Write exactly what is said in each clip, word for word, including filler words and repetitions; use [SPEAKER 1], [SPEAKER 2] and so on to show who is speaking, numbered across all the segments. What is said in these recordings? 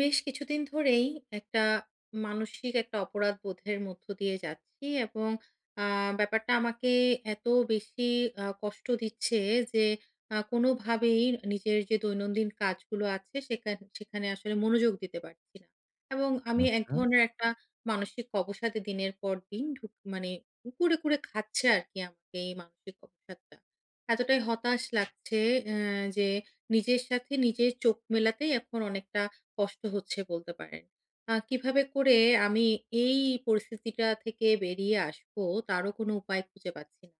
[SPEAKER 1] বেশ কিছুদিন ধরেই একটা মানসিক একটা অপরাধ বোধের মধ্য দিয়ে যাচ্ছি এবং আ ব্যাপারটা আমাকে এত বেশি আ কষ্ট দিচ্ছে যে আ কোনোভাবেই নিজের যে দৈনন্দিন কাজগুলো আছে সেখান সেখানে আসলে মনোযোগ দিতে পারছি না। এবং আমি এক
[SPEAKER 2] আচ্ছা,
[SPEAKER 1] ধরনের একটা মানসিক অবসাদে দিনের পর দিন ঢুক মানে কুরে, কুরে খাচ্ছে আরকি আমাকে এই মানসিক অবসাদটা। এতটাই হতাশ লাগছে অ্যা যে নিজের সাথে নিজের চোখ মেলাতেই এখন অনেকটা কষ্ট হচ্ছে বলতে পারেন। আ কিভাবে করে আমি এই পরিস্থিতিটা থেকে বেরিয়ে আসবো তারও কোনো উপায় খুঁজে পাচ্ছি না।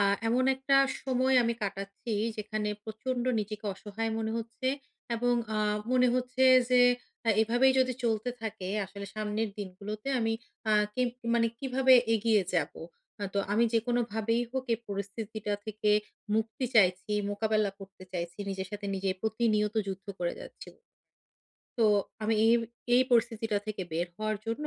[SPEAKER 1] আ এমন একটা সময় আমি কাটাচ্ছি যেখানে প্রচন্ড নিজেকে অসহায় মনে হচ্ছে এবং আ মনে হচ্ছে যে আ এভাবেই যদি চলতে থাকে আসলে সামনের দিনগুলোতে আমি আ কি মানে কিভাবে এগিয়ে যাবো? আ তো আমি যেকোনোভাবেই হোক এই পরিস্থিতিটা থেকে মুক্তি চাইছি, মোকাবেলা করতে চাইছি। নিজের সাথে নিজে প্রতিনিয়ত যুদ্ধ করে যাচ্ছি। তো আমি এই, এই পরিস্থিতিটা থেকে বের হওয়ার জন্য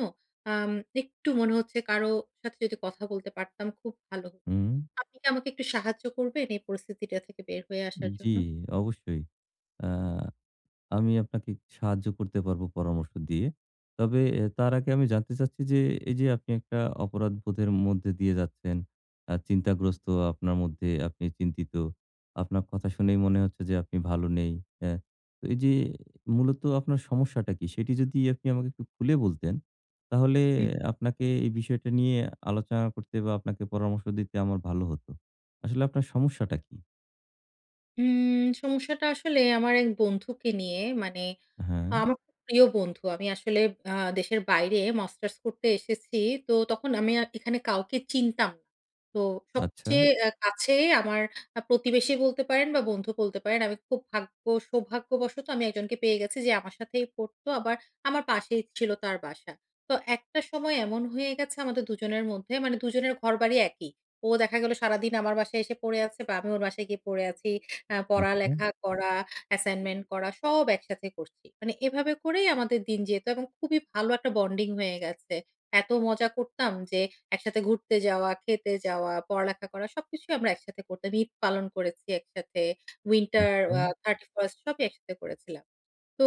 [SPEAKER 1] আম একটু মনে হচ্ছে কারো সাথে যদি কথা বলতে পারতাম খুব ভালো হতো।
[SPEAKER 2] হুম।
[SPEAKER 1] আপনি কি আমাকে একটু সাহায্য করবেন এই পরিস্থিতিটা থেকে বের হয়ে আসার
[SPEAKER 2] জি,
[SPEAKER 1] জন্য?
[SPEAKER 2] অবশ্যই। আ আমি আপনাকে সাহায্য করতে পারবো পরামর্শ দিয়ে। তবে এ তার আগে আমি জানতে চাচ্ছি যে, এই যে আপনি একটা অপরাধবোধের মধ্যে দিয়ে যাচ্ছেন, আ চিন্তাগ্রস্ত আপনার মধ্যে, আপনি চিন্তিত। আপনার কথা শুনেই মনে হচ্ছে যে আপনি ভালো নেই। হ্যাঁ? তো এই যে মূলত আপনার সমস্যাটা কি? সেটি যদি আপনি আমাকে একটু খুলে বলতেন, তাহলে আপনাকে এই বিষয়টা নিয়ে আলোচনা করতে বা আপনাকে পরামর্শ দিতে আমার ভালো হতো। আসলে আপনার সমস্যাটা কি?
[SPEAKER 1] উম সমস্যাটা আসলে আমার এক বন্ধুকে নিয়ে। মানে
[SPEAKER 2] হ্যাঁ,
[SPEAKER 1] আমার খুব প্রিয় বন্ধু। আমি আসলে আ দেশের বাইরে মাস্টার্স করতে এসেছি। তো তখন আমি আ এখানে কাউকে চিনতাম না। তো
[SPEAKER 2] আচ্ছা,
[SPEAKER 1] সবচেয়ে আ কাছে আমার আ প্রতিবেশী বলতে পারেন বা বন্ধু বলতে পারেন। আমি খুব ভাগ্য সৌভাগ্যবশত আমি একজনকে পেয়ে গেছি যে আমার সাথেই পড়তো। আবার আমার পাশেই ছিল তার বাসা। তো একটা সময় এমন হয়ে গেছে আমাদের দুজনের মধ্যে মানে দুজনের ঘরবাড়ি একই। ও দেখা গেল সারাদিন আমার বাসায় এসে পড়ে আছে বা আমি ওর বাসায় গিয়ে পড়ে আছি। আ
[SPEAKER 2] আচ্ছা,
[SPEAKER 1] পড়ালেখা করা, অ্যাসাইনমেন্ট করা সব একসাথে করছি। মানে এভাবে করেই আমাদের দিন যেত এবং খুবই ভালো একটা বন্ডিং হয়ে গেছে। এত মজা করতাম যে একসাথে ঘুরতে যাওয়া, খেতে যাওয়া, পড়ালেখা করা সবকিছুই আমরা একসাথে করতাম। ঈদ পালন করেছি একসাথে। উইন্টার
[SPEAKER 2] আচ্ছা।
[SPEAKER 1] আ থার্টি ফার্স্ট সবই একসাথে করেছিলাম। তো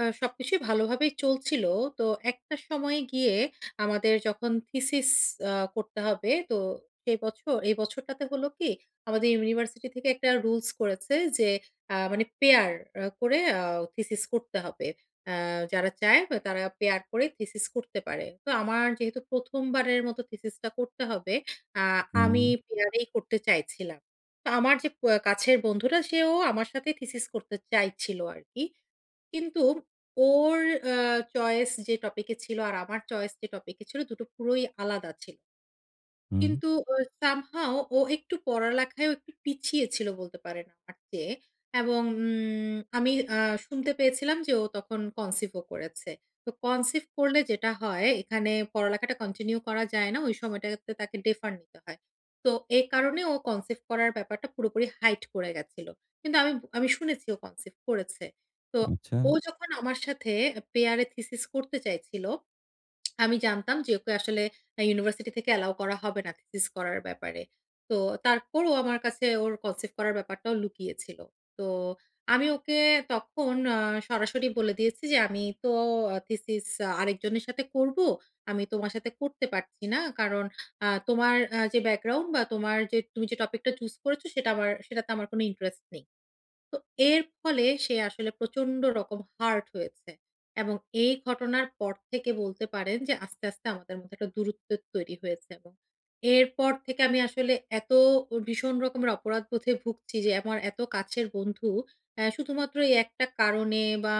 [SPEAKER 1] আ সবকিছুই ভালোভাবেই চলছিল। তো একটা সময়ে গিয়ে আমাদের যখন থিসিস আ করতে হবে, তো সেই বছর এই বছরটাতে হলো কি আমাদের ইউনিভার্সিটি থেকে একটা রুলস করেছে যে আ মানে পেয়ার আ করে আ থিসিস করতে হবে। আ যারা চায় বা তারা পেয়ার করে থিসিস করতে পারে। তো আমার যেহেতু প্রথম বারের মতো থিসিসটা করতে হবে, আ
[SPEAKER 2] হুম,
[SPEAKER 1] আমি পেয়ারেই করতে চাইছিলাম। তো আমার যে প কাছের বন্ধুটা সেও আমার সাথেই থিসিস করতে চাইছিল আরকি। কিন্তু ওর আ চয়েস যে টপিকে ছিল আর আমার চয়েস যে টপিকে ছিল দুটো পুরোই আলাদা ছিল।
[SPEAKER 2] হুম,
[SPEAKER 1] কিন্তু অ somehow ও একটু পড়ালেখায়ও একটু পিছিয়ে ছিল বলতে পারেন আমার চেয়ে। এবং উম আমি আ শুনতে পেয়েছিলাম যে ও তখন কনসিভ ও করেছে। তো কনসিভ করলে যেটা হয় এখানে পড়ালেখাটা কন্টিনিউ করা যায় না। ওই সময়টাতে তাকে ডেফার নিতে হয়। তো এ কারণে ও কনসিভ করার ব্যাপারটা পুরোপুরি হাইড করে গেছিল। কিন্তু আমি আমি শুনেছি ও কনসিভ করেছে। তো
[SPEAKER 2] আচ্ছা,
[SPEAKER 1] ও যখন আমার সাথে পেয়ার এ থিসিস করতে চাইছিল আমি জানতাম যে ওকে আসলে আ ইউনিভার্সিটি থেকে অ্যালাও করা হবে না থিসিস করার ব্যাপারে। তো তারপর ও আমার কাছে ওর কনসেপ্ট করার ব্যাপারটাও লুকিয়ে ছিল। তো আমি ওকে তখন আ সরাসরি বলে দিয়েছি যে, "আমি তো আ থিসিস আরেকজনের সাথে করব। আমি তোমার সাথে করতে পারছি না। কারণ আ তোমার আ যে ব্যাকগ্রাউন্ড বা তোমার যে তুমি যে টপিকটা চুজ করেছো সেটা আমার সেটাতে আমার কোনো ইন্টারেস্ট নেই।" তো এর ফলে সে আসলে প্রচন্ড রকম হার্ট হয়েছে এবং এই ঘটনার পর থেকে বলতে পারেন যে আস্তে, আস্তে আমাদের মধ্যে একটা দূরত্ব তৈরি হয়েছে এবং এরপর থেকে আমি আসলে এত ভীষণ রকমের অপরাধবোধে ভুগছি যে আমার এত কাছের বন্ধু অ্যা শুধুমাত্র এই একটা কারণে বা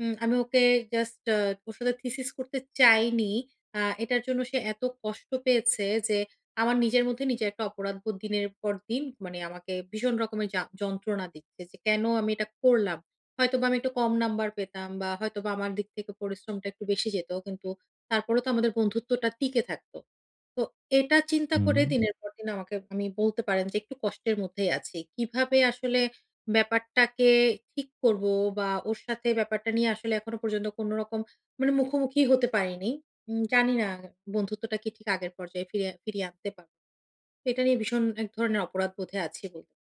[SPEAKER 1] উম আমি ওকে জাস্ট আ ওর সাথে থিসিস করতে চাইনি। আ এটার জন্য সে এত কষ্ট পেয়েছে যে আমার নিজের মধ্যে নিজের একটা অপরাধবোধ দিনের পর দিন মানে আমাকে ভীষণ রকমের যা যন্ত্রণা দিচ্ছে যে কেন আমি এটা করলাম। হয়তোবা আমি একটু কম নাম্বার পেতাম বা হয়তোবা আমার দিক থেকে পরিশ্রমটা একটু বেশি যেত। কিন্তু তারপরেও তো আমাদের বন্ধুত্বটা টিকে থাকতো। তো এটা চিন্তা
[SPEAKER 2] হুম।
[SPEAKER 1] করে দিনের পর দিন আমাকে আমি বলতে পারেন যে একটু কষ্টের মধ্যেই আছি। কিভাবে আসলে ব্যাপারটাকে ঠিক করব বা ওর সাথে ব্যাপারটা নিয়ে আসলে এখনো পর্যন্ত কোনো রকম মানে মুখোমুখি হতে পারিনি। উম জানি না বন্ধুত্বটা কি ঠিক আগের পর্যায়ে ফিরে ফিরিয়ে আনতে পারব। এটা নিয়ে ভীষণ এক ধরনের অপরাধবোধে আছি বলতে।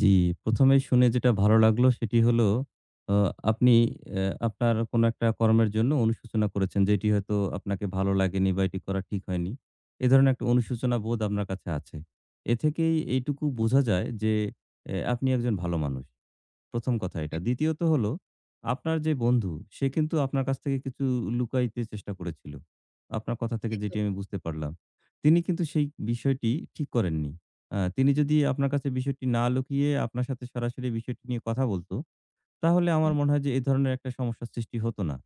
[SPEAKER 2] জি, প্রথম এই শুনে যেটা ভালো লাগলো সেটি হলো আ আপনি অ্যা আপনার কোনো একটা কর্মের জন্য অনুশোচনা করেছেন যেটি হয়তো আপনাকে ভালো লাগেনি বা এটি করা ঠিক হয়নি। এ ধরনের একটা অনুশোচনা বোধ আপনার কাছে আছে। এ থেকেই এইটুকু বোঝা যায় যে অ্যা আপনি একজন ভালো মানুষ। প্রথম কথা এটা। দ্বিতীয়ত হলো, আপনার যে বন্ধু, সে কিন্তু আপনার কাছ থেকে কিছু লুকাইতে চেষ্টা করেছিল। আপনার কথা থেকে যেটি
[SPEAKER 1] একদম,
[SPEAKER 2] আমি বুঝতে পারলাম। তিনি কিন্তু সেই বিষয়টি ঠিক করেননি। আ তিনি যদি আপনার কাছে বিষয়টি না লুকিয়ে আপনার সাথে সরাসরি বিষয়টি নিয়ে কথা বলত, তাহলে আমার
[SPEAKER 1] হুম,
[SPEAKER 2] মনে হয় যে এ ধরনের একটা সমস্যার সৃষ্টি হতো না।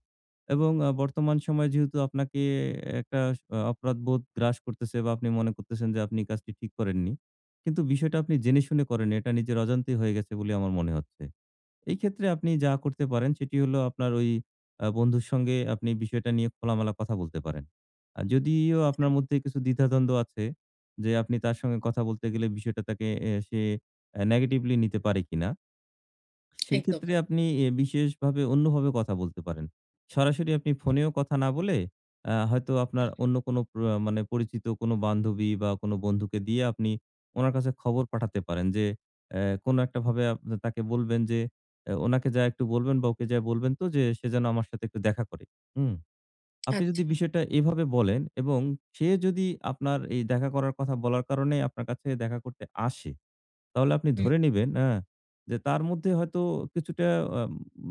[SPEAKER 2] এবং আ বর্তমান সময়ে যেহেতু আপনাকে একটা স অপরাধবোধ গ্রাস করতেছে বা আপনি মনে করতেছেন যে আপনি কাজটি ঠিক করেননি। কিন্তু বিষয়টা আপনি জেনে শুনে করেননি। এটা নিজের অজান্তেই হয়ে গেছে বলে আমার মনে হচ্ছে। এই ক্ষেত্রে আপনি যা করতে পারেন সেটি হলো আপনার ওই আ বন্ধুর সঙ্গে আপনি বিষয়টা নিয়ে খোলামেলা কথা বলতে পারেন। আর যদিও আপনার মধ্যে কিছু দ্বিধাদ্বন্দ্ব আছে যে আপনি তার সঙ্গে কথা বলতে গেলে বিষয়টা তাকে এ সে আ নেগেটিভলি নিতে পারে কিনা? সেই
[SPEAKER 1] একদম।
[SPEAKER 2] ক্ষেত্রে আপনি এ বিশেষভাবে অন্যভাবে কথা বলতে পারেন। সরাসরি আপনি ফোনেও কথা না বলে আ হয়তো আপনার অন্য কোনো প্র মানে পরিচিত কোনো বান্ধবী বা কোনো বন্ধুকে দিয়ে আপনি উনার কাছে খবর পাঠাতে পারেন যে, অ্যা কোনো একটা ভাবে আপ তাকে বলবেন যে, অ্যা উনাকে যায়া একটু বলবেন বা ওকে যায়া বলবেন তো যে, "সে যেন আমার সাথে একটু দেখা করে।" হুম। আপনি যদি
[SPEAKER 1] আচ্ছা,
[SPEAKER 2] বিষয়টা এভাবে বলেন এবং সে যদি আপনার এই দেখা করার কথা বলার কারণে আপনার কাছে দেখা করতে আসে তাহলে আপনি
[SPEAKER 1] হুম।
[SPEAKER 2] ধরে নিবেন হ্যাঁ, যে তার মধ্যে হয়তো কিছুটা আম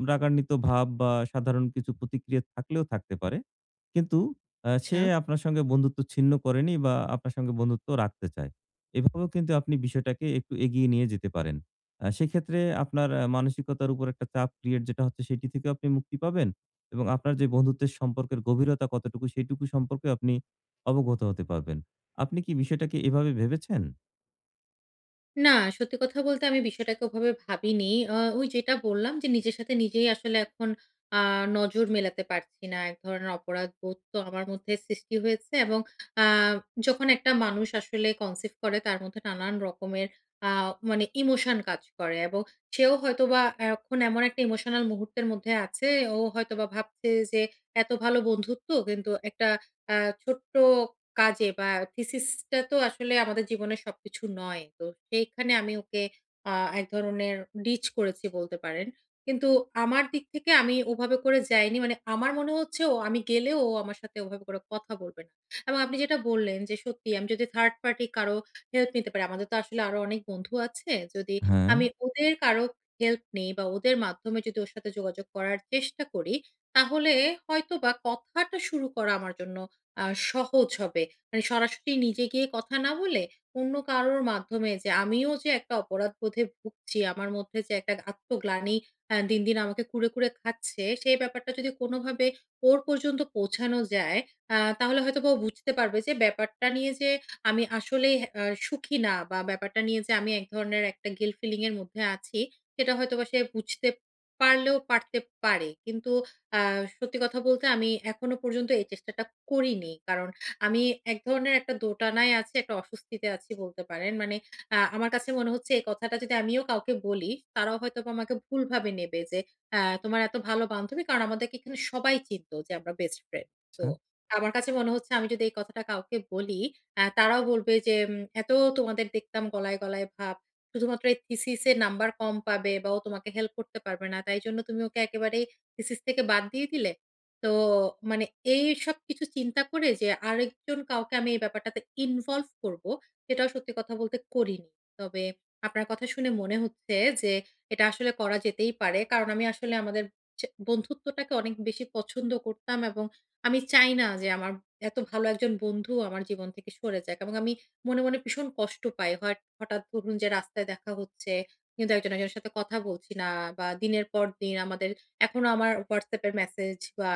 [SPEAKER 2] রাগান্বিত ভাব বা সাধারণ কিছু প্রতিক্রিয়া থাকলেও থাকতে পারে। কিন্তু আ
[SPEAKER 1] আচ্ছা।
[SPEAKER 2] সে আপনার সঙ্গে বন্ধুত্ব ছিন্ন করেনি বা আপনার সঙ্গে বন্ধুত্ব রাখতে চায়। এভাবেও কিন্তু আপনি বিষয়টাকে একটু এগিয়ে নিয়ে যেতে পারেন। আ সেক্ষেত্রে আপনার আ মানসিকতার উপর একটা চাপ ক্রিয়েট যেটা হচ্ছে সেটি থেকেও আপনি মুক্তি পাবেন এবং আপনার যে বন্ধুত্বের সম্পর্কের গভীরতা কতটুকু সেটুকু সম্পর্কে আপনি অবগত হতে পারবেন। আপনি কি বিষয়টাকে এভাবে ভেবেছেন?
[SPEAKER 1] না, সত্যি কথা বলতে আমি বিষয়টাকে ওভাবে ভাবিনি। আ ওই যেটা বললাম যে নিজের সাথে নিজেই আসলে এখন আ নজর মেলাতে পারছি না। এক ধরনের অপরাধবোধ তো আমার মধ্যে সৃষ্টি হয়েছে এবং আ যখন একটা মানুষ আসলে কনসিভ করে তার মধ্যে নানান রকমের আ মানে ইমোশন কাজ করে এবং সেও হয়তোবা এখন এমন একটা ইমোশনাল মুহূর্তের মধ্যে আছে। ও হয়তোবা ভাবছে যে এত ভালো বন্ধুত্ব কিন্তু একটা আ ছোট্ট কাজে বা থিসিসটা তো আসলে আমাদের জীবনের সবকিছু নয়। তো সেইখানে আমি ওকে আ এক ধরনের ডিচ করেছি বলতে পারেন। কিন্তু আমার দিক থেকে আমি ওভাবে করে যাইনি। মানে আমার মনে হচ্ছে ও আমি গেলেও ও আমার সাথে ওভাবে করে কথা বলবে না। এবং আপনি যেটা বললেন যে সত্যি আমি যদি থার্ড পার্টি কারো হেল্প নিতে পারি, আমাদের তো আসলে আরো অনেক বন্ধু আছে। যদি
[SPEAKER 2] হ্যাঁ,
[SPEAKER 1] আমি ওদের কারো হেল্প নেই বা ওদের মাধ্যমে যদি ওর সাথে যোগাযোগ করার চেষ্টা করি, তাহলে হয়তোবা কথাটা শুরু করা আমার জন্য আ সহজ হবে। মানে সরাসরি নিজে গিয়ে কথা না বলে অন্য কারোর মাধ্যমে যে আমিও যে একটা অপরাধবোধে ভুগছি, আমার মধ্যে যে একটা আত্মগ্লানি আ দিন, দিন আমাকে কুরে, কুরে খাচ্ছে, সেই ব্যাপারটা যদি কোনোভাবে ওর পর্যন্ত পৌঁছানো যায়, আ তাহলে হয়তোবা ও বুঝতে পারবে যে ব্যাপারটা নিয়ে যে আমি আসলেই আ সুখী না বা ব্যাপারটা নিয়ে যে আমি এক ধরনের একটা guilt feeling এর মধ্যে আছি, সেটা হয়তোবা সে বুঝতে পারলেও পারতে পারে। কিন্তু আ সত্যি কথা বলতে আমি এখনো পর্যন্ত এই চেষ্টাটা করিনি। কারণ আমি এক ধরনের একটা দোটানায় আছি, একটা অস্বস্তিতে আছি বলতে পারেন। মানে আ আমার কাছে মনে হচ্ছে এই কথাটা যদি আমিও কাউকে বলি, তারাও হয়তোবা আমাকে ভুলভাবে নেবে যে, "আ তোমার এত ভালো বান্ধবী" কারণ আমাদেরকে এখানে সবাই চিনত যে আমরা বেস্ট ফ্রেন্ড। তো
[SPEAKER 2] আচ্ছা
[SPEAKER 1] আমার কাছে মনে হচ্ছে আমি যদি এই কথাটা কাউকে বলি, আ তারাও বলবে যে, উম "এত তোমাদের দেখতাম গলায়, গলায় ভাব। শুধুমাত্র এই থিসিস এ নাম্বার কম পাবে বা ও তোমাকে হেল্প করতে পারবে না। তাই জন্য তুমি ওকে একেবারেই থিসিস থেকে বাদ দিয়ে দিলে?" তো মানে এইসব কিছু চিন্তা করে যে আরেকজন কাউকে আমি এই ব্যাপারটাতে ইনভলভ করব, সেটাও সত্যি কথা বলতে করিনি। তবে আপনার কথা শুনে মনে হচ্ছে যে এটা আসলে করা যেতেই পারে। কারণ আমি আসলে আমাদের চে বন্ধুত্বটাকে অনেক বেশি পছন্দ করতাম এবং আমি চাই না যে আমার এত ভালো একজন বন্ধু আমার জীবন থেকে সরে যাক এবং আমি মনে, মনে ভীষণ কষ্ট পাই। হট হঠাৎ ধরুন যে রাস্তায় দেখা হচ্ছে, কিন্তু একজন একজনের সাথে কথা বলছি না বা দিনের পর দিন আমাদের এখনো আমার WhatsApp এর মেসেজ বা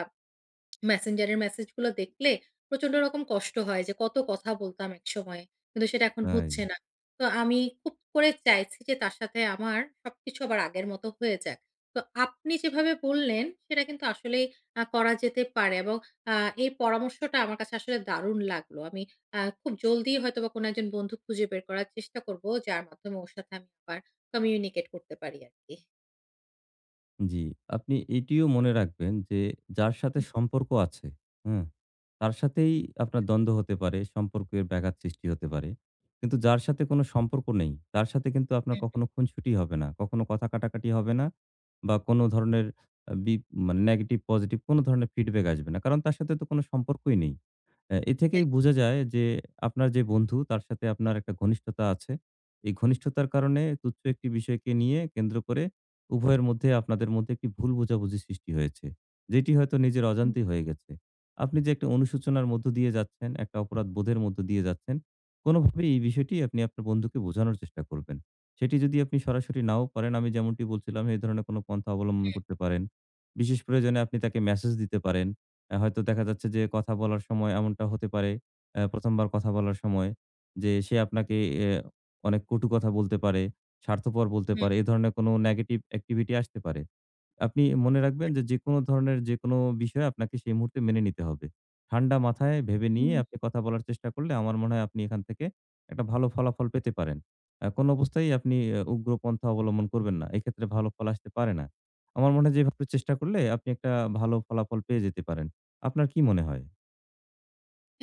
[SPEAKER 1] মেসেঞ্জারের মেসেজগুলো দেখলে প্রচন্ড রকম কষ্ট হয় যে কত কথা বলতাম একসময়ে। কিন্তু সেটা এখন
[SPEAKER 2] তাই।
[SPEAKER 1] হচ্ছে না। তো আমি খুব করে চাইছি যে তার সাথে আমার সবকিছু আবার আগের মতো হয়ে যাক। তো আপনি যেভাবে বললেন সেটা কিন্তু আসলেই আ করা যেতে পারে এবং আ এই পরামর্শটা আমার কাছে আসলে দারুণ লাগলো। আমি আ খুব জলদি হয়তোবা কোনো একজন বন্ধু খুঁজে বের করার চেষ্টা করব যার মাধ্যমে ওর সাথে আমি আবার কমিউনিকেট করতে পারি আরকি।
[SPEAKER 2] জি, আপনি এটিও মনে রাখবেন যে যার সাথে সম্পর্ক আছে, হ্যাঁ? তার সাথেই আপনার দ্বন্দ্ব হতে পারে, সম্পর্কের ব্যাঘাত সৃষ্টি হতে পারে। কিন্তু যার সাথে কোনো সম্পর্ক নেই, তার সাথে কিন্তু আপনার
[SPEAKER 1] হুম,
[SPEAKER 2] কখনো খুনসুটি হবে না, কখনো কথা কাটাকাটি হবে না বা কোনো ধরনের আ বি মানে নেগেটিভ, পজিটিভ কোনো ধরনের ফিডব্যাক আসবে না। কারণ তার সাথে তো কোনো সম্পর্কই নেই। অ্যা এ থেকেই বোঝা যায় যে আপনার যে বন্ধু তার সাথে আপনার একটা ঘনিষ্ঠতা আছে। এই ঘনিষ্ঠতার কারণে তুচ্ছ একটি বিষয়কে নিয়ে কেন্দ্র করে উভয়ের মধ্যে আপনাদের মধ্যে একটি ভুল বোঝাবুঝি সৃষ্টি হয়েছে। যেটি হয়তো নিজের
[SPEAKER 1] একদম।
[SPEAKER 2] অজান্তেই হয়ে গেছে। আপনি যে একটা অনুশোচনার মধ্য দিয়ে যাচ্ছেন, একটা অপরাধ বোধের মধ্য দিয়ে যাচ্ছেন, কোনোভাবেই এই বিষয়টি আপনি আপনার বন্ধুকে বোঝানোর চেষ্টা করবেন। সেটি যদি আপনি সরাসরি নাও পারেন, আমি যেমনটি বলছিলাম এই ধরনের কোনো পন্থা অবলম্বন করতে পারেন। বিশেষ প্রয়োজনে আপনি তাকে মেসেজ দিতে পারেন। আ হয়তো দেখা যাচ্ছে যে কথা বলার সময় এমনটা হতে পারে, আ ১ম বার কথা বলার সময় যে সে আপনাকে এ অনেক কটু কথা বলতে পারে, স্বার্থপর বলতে পারে। এ ধরনের কোনো নেগেটিভ অ্যাক্টিভিটি আসতে পারে। আপনি মনে রাখবেন যে, যেকোনো ধরনের যেকোনো বিষয় আপনাকে সেই মুহূর্তে মেনে নিতে হবে। ঠান্ডা মাথায় ভেবে নিয়ে
[SPEAKER 1] হুম।
[SPEAKER 2] আপনি কথা বলার চেষ্টা করলে আমার মনে হয় আপনি এখান থেকে একটা ভালো ফলাফল পেতে পারেন। আ কোনো অবস্থায় আপনি আ উগ্র পন্থা অবলম্বন করবেন না। এক্ষেত্রে ভালো ফল আসতে পারে না। আমার মনে হয় যে এভাবে চেষ্টা করলে আপনি একটা ভালো ফলাফল পেয়ে যেতে পারেন। আপনার কি মনে হয়?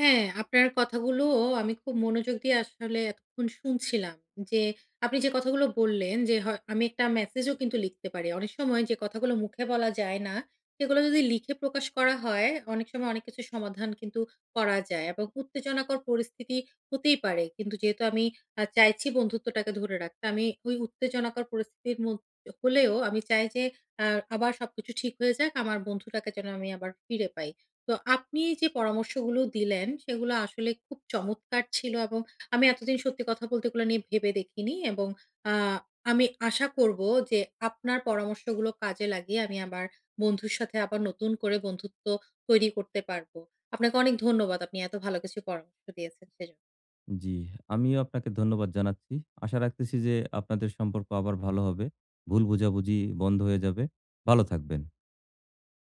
[SPEAKER 1] হ্যাঁ, আপনার কথাগুলোও আমি খুব মনোযোগ দিয়ে আসলে এতক্ষণ শুনছিলাম। যে আপনি যে কথাগুলো বললেন যে হয় আমি একটা মেসেজও কিন্তু লিখতে পারি। অনেক সময় যে কথাগুলো মুখে বলা যায় না, সেগুলো যদি লিখে প্রকাশ করা হয়, অনেক সময় অনেক কিছুর সমাধান কিন্তু করা যায় এবং উত্তেজনাকর পরিস্থিতি হতেই পারে। কিন্তু যেহেতু আমি আ চাইছি বন্ধুত্বটাকে ধরে রাখতে, আমি ওই উত্তেজনাকর পরিস্থিতির মধ্য হলেও আমি চাই যে আ আবার সবকিছু ঠিক হয়ে যাক। আমার বন্ধুটাকে যেন আমি আবার ফিরে পাই। তো আপনি যে পরামর্শগুলো দিলেন সেগুলো আসলে খুব চমৎকার ছিল এবং আমি এতদিন সত্যি কথা বলতে এগুলো নিয়ে ভেবে দেখিনি এবং আ আমি আশা করব যে আপনার পরামর্শগুলো কাজে লাগিয়ে আমি আমার বন্ধুর সাথে আবার নতুন করে বন্ধুত্ব তৈরি করতে পারব। আপনাকে অনেক ধন্যবাদ। আপনি এত ভালো কিছু পরামর্শ দিয়েছেন সেজন্য।
[SPEAKER 2] জি, আমিও আপনাকে ধন্যবাদ জানাচ্ছি। আশা রাখতেছি যে আপনাদের সম্পর্ক আবার ভালো হবে। ভুল বোঝাবুঝি বন্ধ হয়ে যাবে। ভালো থাকবেন।